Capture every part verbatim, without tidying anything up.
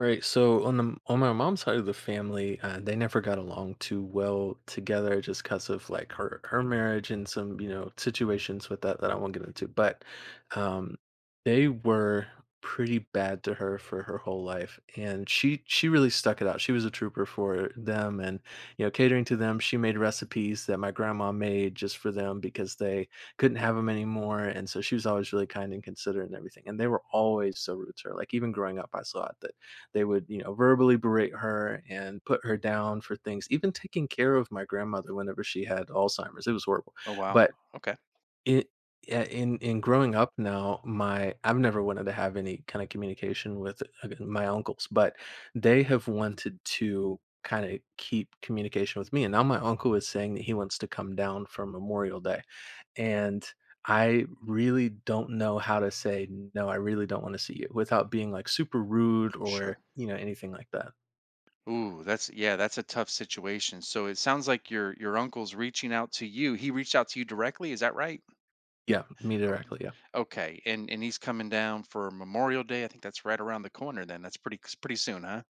All right, so on the on my mom's side of the family, uh, they never got along too well together, just because of like her her marriage and some you know situations with that that I won't get into. But um, they were pretty bad to her for her whole life, and she she really stuck it out. She was a trooper for them, and you know catering to them. She made recipes that my grandma made just for them because they couldn't have them anymore, and so she was always really kind and considerate and everything. And they were always so rude to her. Like even growing up, I saw it. They would, you know, verbally berate her and put her down for things, even taking care of my grandmother whenever she had Alzheimer's. It was horrible. Oh wow. But Okay. it Yeah, in in growing up now, my I've never wanted to have any kind of communication with uh, my uncles, but they have wanted to kind of keep communication with me. And now my uncle is saying that he wants to come down for Memorial Day, and I really don't know how to say, "No, I really don't wanna see you," without being, like, super rude Sure. or, you know, anything like that. Ooh, that's yeah, that's a tough situation. So it sounds like your your uncle's reaching out to you. He reached out to you directly, is that right? Yeah, me directly, yeah. Okay. And and he's coming down for Memorial Day. I think that's right around the corner then. That's pretty pretty soon, huh?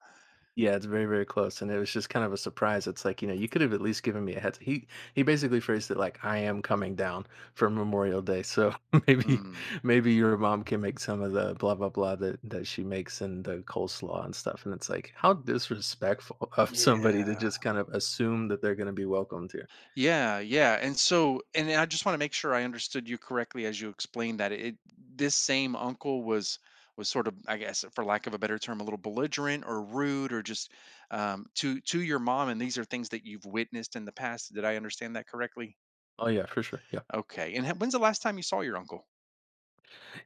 Yeah, it's very, very close, and it was just kind of a surprise. It's like, you know, you could have at least given me a heads he he basically phrased it like, "I am coming down for Memorial Day, so maybe Mm. maybe your mom can make some of the blah, blah, blah that that she makes and the coleslaw and stuff," and it's like, how disrespectful of somebody to Yeah. just kind of assume that they're gonna be welcomed here. Yeah, yeah. And so, and I just want to make sure I understood you correctly as you explained that it this same uncle was was sort of, I guess, for lack of a better term, a little belligerent or rude or just um, to to your mom. And these are things that you've witnessed in the past. Did I understand that correctly? Oh, yeah, for sure, yeah. Okay. And ha- when's the last time you saw your uncle?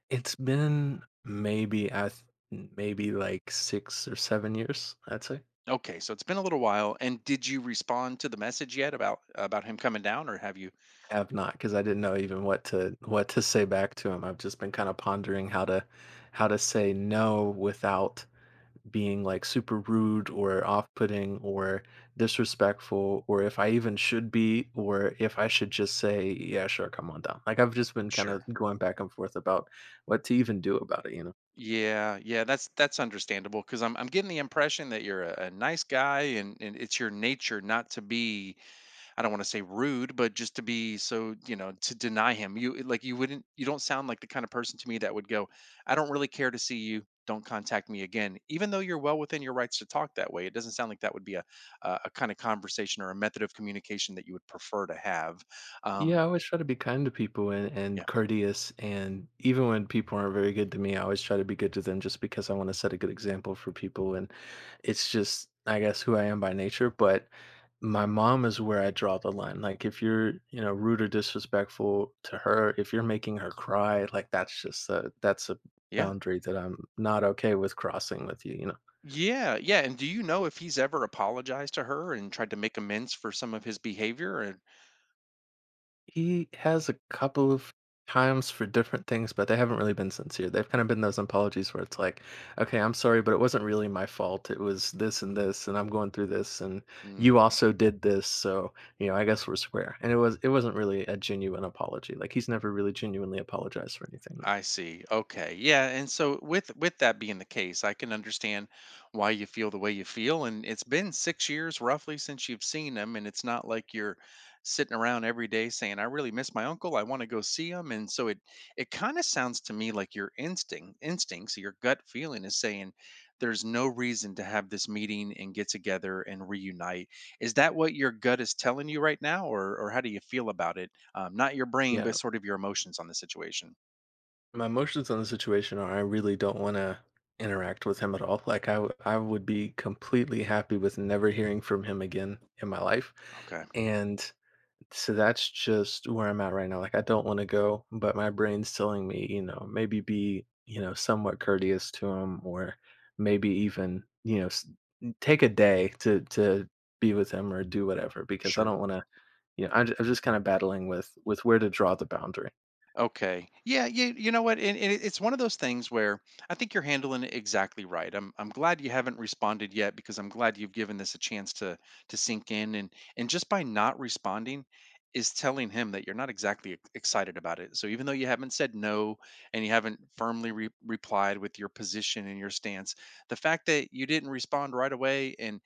It's been maybe I th maybe like six or seven years, I'd say. Okay, so it's been a little while. And did you respond to the message yet about about him coming down, or have you? I have not, because I didn't know even what to what to say back to him. I've just been kinda pondering how to how to say no without being, like, super rude or off-putting or disrespectful, or if I even should be, or if I should just say, "Yeah, sure, come on down." Like, I've just been kinda Sure. going back and forth about what to even do about it, you know? Yeah, yeah, that's that's understandable because I'm I'm getting the impression that you're a, a nice guy and and it's your nature not to be I don't want to say rude, but just to be so you know to deny him. You like you wouldn't you don't sound like the kind of person to me that would go, I don't really care to see you. Don't contact me again, even though you're well within your rights to talk that way. It doesn't sound like that would be a a, a kind of conversation or a method of communication that you would prefer to have. Yeah, Um, I always try to be kind to people and, and yeah, courteous. And even when people aren't very good to me, I always try to be good to them just because I want to set a good example for people. And it's just, I guess, who I am by nature. But my mom is where I draw the line. Like, if you're, you know, rude or disrespectful to her, if you're making her cry, like, that's just a, that's a yeah. boundary that I'm not okay with crossing with you, you know? Yeah, yeah, and do you know if he's ever apologized to her and tried to make amends for some of his behavior and He has a couple of times for different things, but they haven't really been sincere. They've kind of been those apologies where it's like, okay, I'm sorry, but it wasn't really my fault. It was this and this, and I'm going through this, and you also did this, so you know, I guess we're square. And it was it wasn't really a genuine apology. Like he's never really genuinely apologized for anything though. I see. Okay. Yeah, and so with with that being the case, I can understand why you feel the way you feel, and it's been six years roughly since you've seen him, and it's not like you're sitting around every day saying I really miss my uncle, I want to go see him. And so it it kind of sounds to me like your instinct instincts, your gut feeling is saying there's no reason to have this meeting and get together and reunite. Is that what your gut is telling you right now, or or how do you feel about it? Um, not your brain Yeah. but sort of your emotions on the situation. My emotions on the situation are I really don't want to interact with him at all. Like I w- I would be completely happy with never hearing from him again in my life. Okay. And so that's just where I'm at right now. Like, I don't want to go, but my brain's telling me, you know, maybe be, you know, somewhat courteous to him, or maybe even, you know, s- take a day to to be with him or do whatever because I Sure. don't want to, you know, I'm, ju- I'm just kind of battling with with where to draw the boundary. Okay. Yeah. You, you know what? And, and it- it's one of those things where I think you're handling it exactly right. I'm I'm glad you haven't responded yet because I'm glad you've given this a chance to to sink in. and and just by not responding is telling him that you're not exactly ex- excited about it. So even though you haven't said no and you haven't firmly re- replied with your position and your stance, the fact that you didn't respond right away and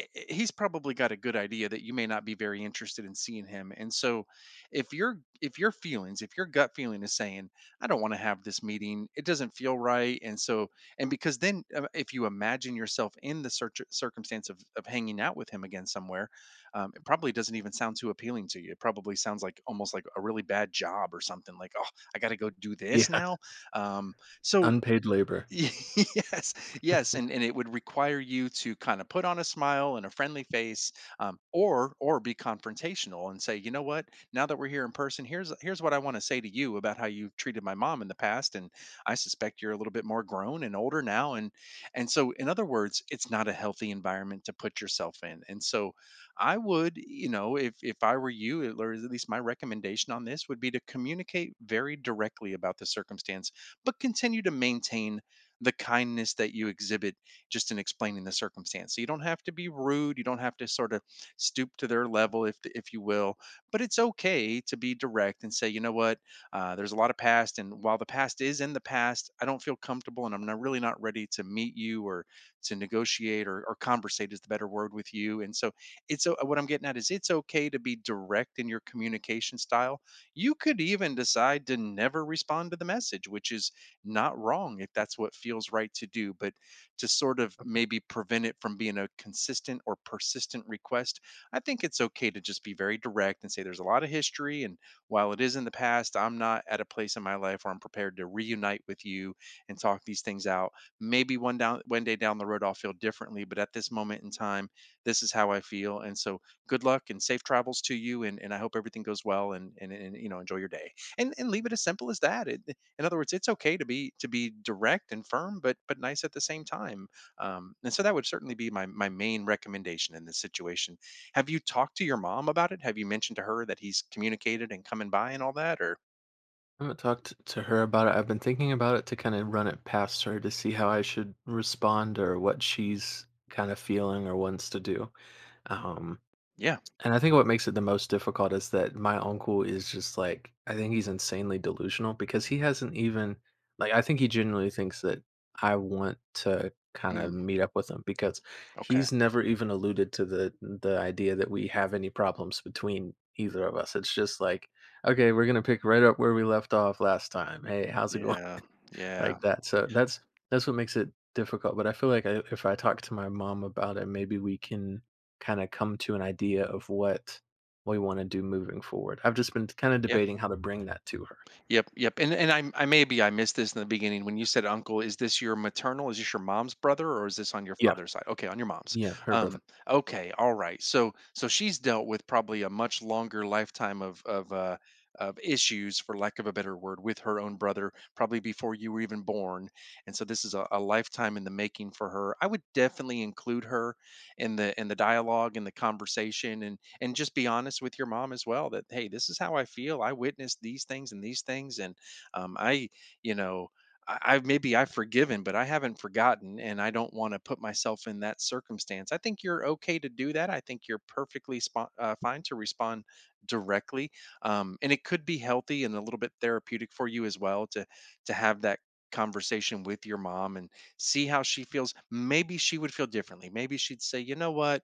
i- i- he's probably got a good idea that you may not be very interested in seeing him. And so if your if your feelings, if your gut feeling is saying I don't want to have this meeting, it doesn't feel right. And so and because then uh, if you imagine yourself in the cir- circumstance of, of hanging out with him again somewhere, um, it probably doesn't even sound too appealing to you. It probably sounds like almost like a really bad job or something like, oh, I gotta go do this Yeah, now. Um, so unpaid labor. Yes, yes, and and it would require you to kind of put on a smile and a friendly face, um, or or be confrontational and say, you know what? Now that we're here in person, here's here's what I want to say to you about how you've treated my mom in the past, and I suspect you're a little bit more grown and older now. and and so in other words, it's not a healthy environment to put yourself in. And so I would, you know, if if I were you, or at least my recommendation on this would be to communicate very directly about the circumstance, but continue to maintain the kindness that you exhibit just in explaining the circumstance. So you don't have to be rude. You don't have to sort of stoop to their level, if if you will. But it's okay to be direct and say, you know what, uh, there's a lot of past, and while the past is in the past, I don't feel comfortable, and I'm not, really not ready to meet you, or to negotiate, or, or conversate is the better word, with you. And so it's o- what I'm getting at is it's okay to be direct in your communication style. You could even decide to never respond to the message, which is not wrong if that's what feels right to do, but to sort of maybe prevent it from being a consistent or persistent request, I think it's okay to just be very direct and say there's a lot of history. And while it is in the past, I'm not at a place in my life where I'm prepared to reunite with you and talk these things out. Maybe one down one day down the road I'll feel differently, but at this moment in time, this is how I feel. And so good luck and safe travels to you, and, and I hope everything goes well, and, and and you know enjoy your day. And and leave it as simple as that. It, in other words, it's okay to be to be direct and firm, but but nice at the same time. Um, and so that would certainly be my my main recommendation in this situation. Have you talked to your mom about it? Have you mentioned to her that he's communicated and coming by and all that? Or I haven't talked to her about it. I've been thinking about it to kind of run it past her to see how I should respond or what she's kind of feeling or wants to do. Um, yeah, And I think what makes it the most difficult is that my uncle is just like I think he's insanely delusional because he hasn't even like I think he genuinely thinks that I want to kind of mm, meet up with him because okay, he's never even alluded to the the idea that we have any problems between either of us. It's just like, okay, we're gonna pick right up where we left off last time. Hey, how's it going? yeah, yeah, Like that. So that's that's what makes it difficult. But I feel like I, if I talk to my mom about it, maybe we can kind of come to an idea of what we want to do moving forward. I've just been kind of debating how to bring that to her. Yep, yep. And and i I maybe I missed this in the beginning when you said uncle, is this your maternal? Is this your mom's brother, or is this on your Yeah, father's side? Okay, on your mom's. yeah, her brother. Um, okay, all right. So so she's dealt with probably a much longer lifetime of of uh of issues, for lack of a better word, with her own brother, probably before you were even born. And so this is a, a lifetime in the making for her. I would definitely include her in the in the dialogue and the conversation, and and just be honest with your mom as well that hey, this is how I feel, I witnessed these things and these things, and um, I you know I, I maybe I've forgiven but I haven't forgotten, and I don't want to put myself in that circumstance. I think you're okay to do that. I think you're perfectly spo- uh, fine to respond directly, um, and it could be healthy and a little bit therapeutic for you as well to to have that conversation with your mom and see how she feels. Maybe she would feel differently, maybe she'd say, you know what,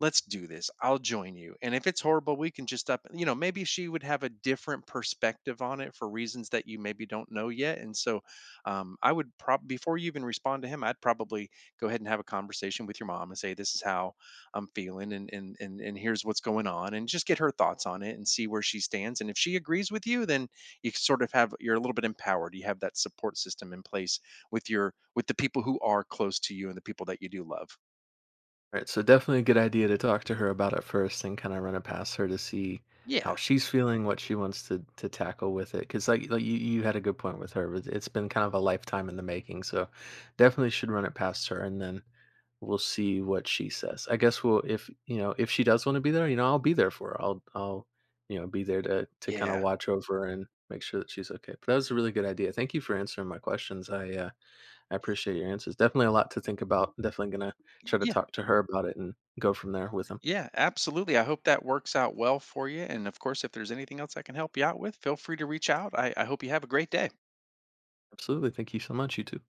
let's do this. I'll join you. And if it's horrible, we can just up, you know, maybe she would have a different perspective on it for reasons that you maybe don't know yet. And so um, I would probably, before you even respond to him, I'd probably go ahead and have a conversation with your mom and say, this is how I'm feeling, and, and, and, and here's what's going on, and just get her thoughts on it and see where she stands. And if she agrees with you, then you sort of have, you're a little bit empowered. You have that support system in place with your, with the people who are close to you and the people that you do love. Right, so definitely a good idea to talk to her about it first and kind of run it past her to see Yeah. how she's feeling, what she wants to to tackle with it. Because like like you, you had a good point with her, but it's been kind of a lifetime in the making. So definitely should run it past her, and then we'll see what she says. I guess we'll if you know if she does want to be there, you know I'll be there for her. I'll I'll you know be there to to kind of Yeah. watch over and make sure that she's okay. But that was a really good idea. Thank you for answering my questions. I uh, I appreciate your answers. Definitely a lot to think about. Definitely gonna try to talk to her about it and go from there with them. Yeah, absolutely. I hope that works out well for you. And of course, if there's anything else I can help you out with, feel free to reach out. I, I hope you have a great day. Absolutely. Thank you so much. You too.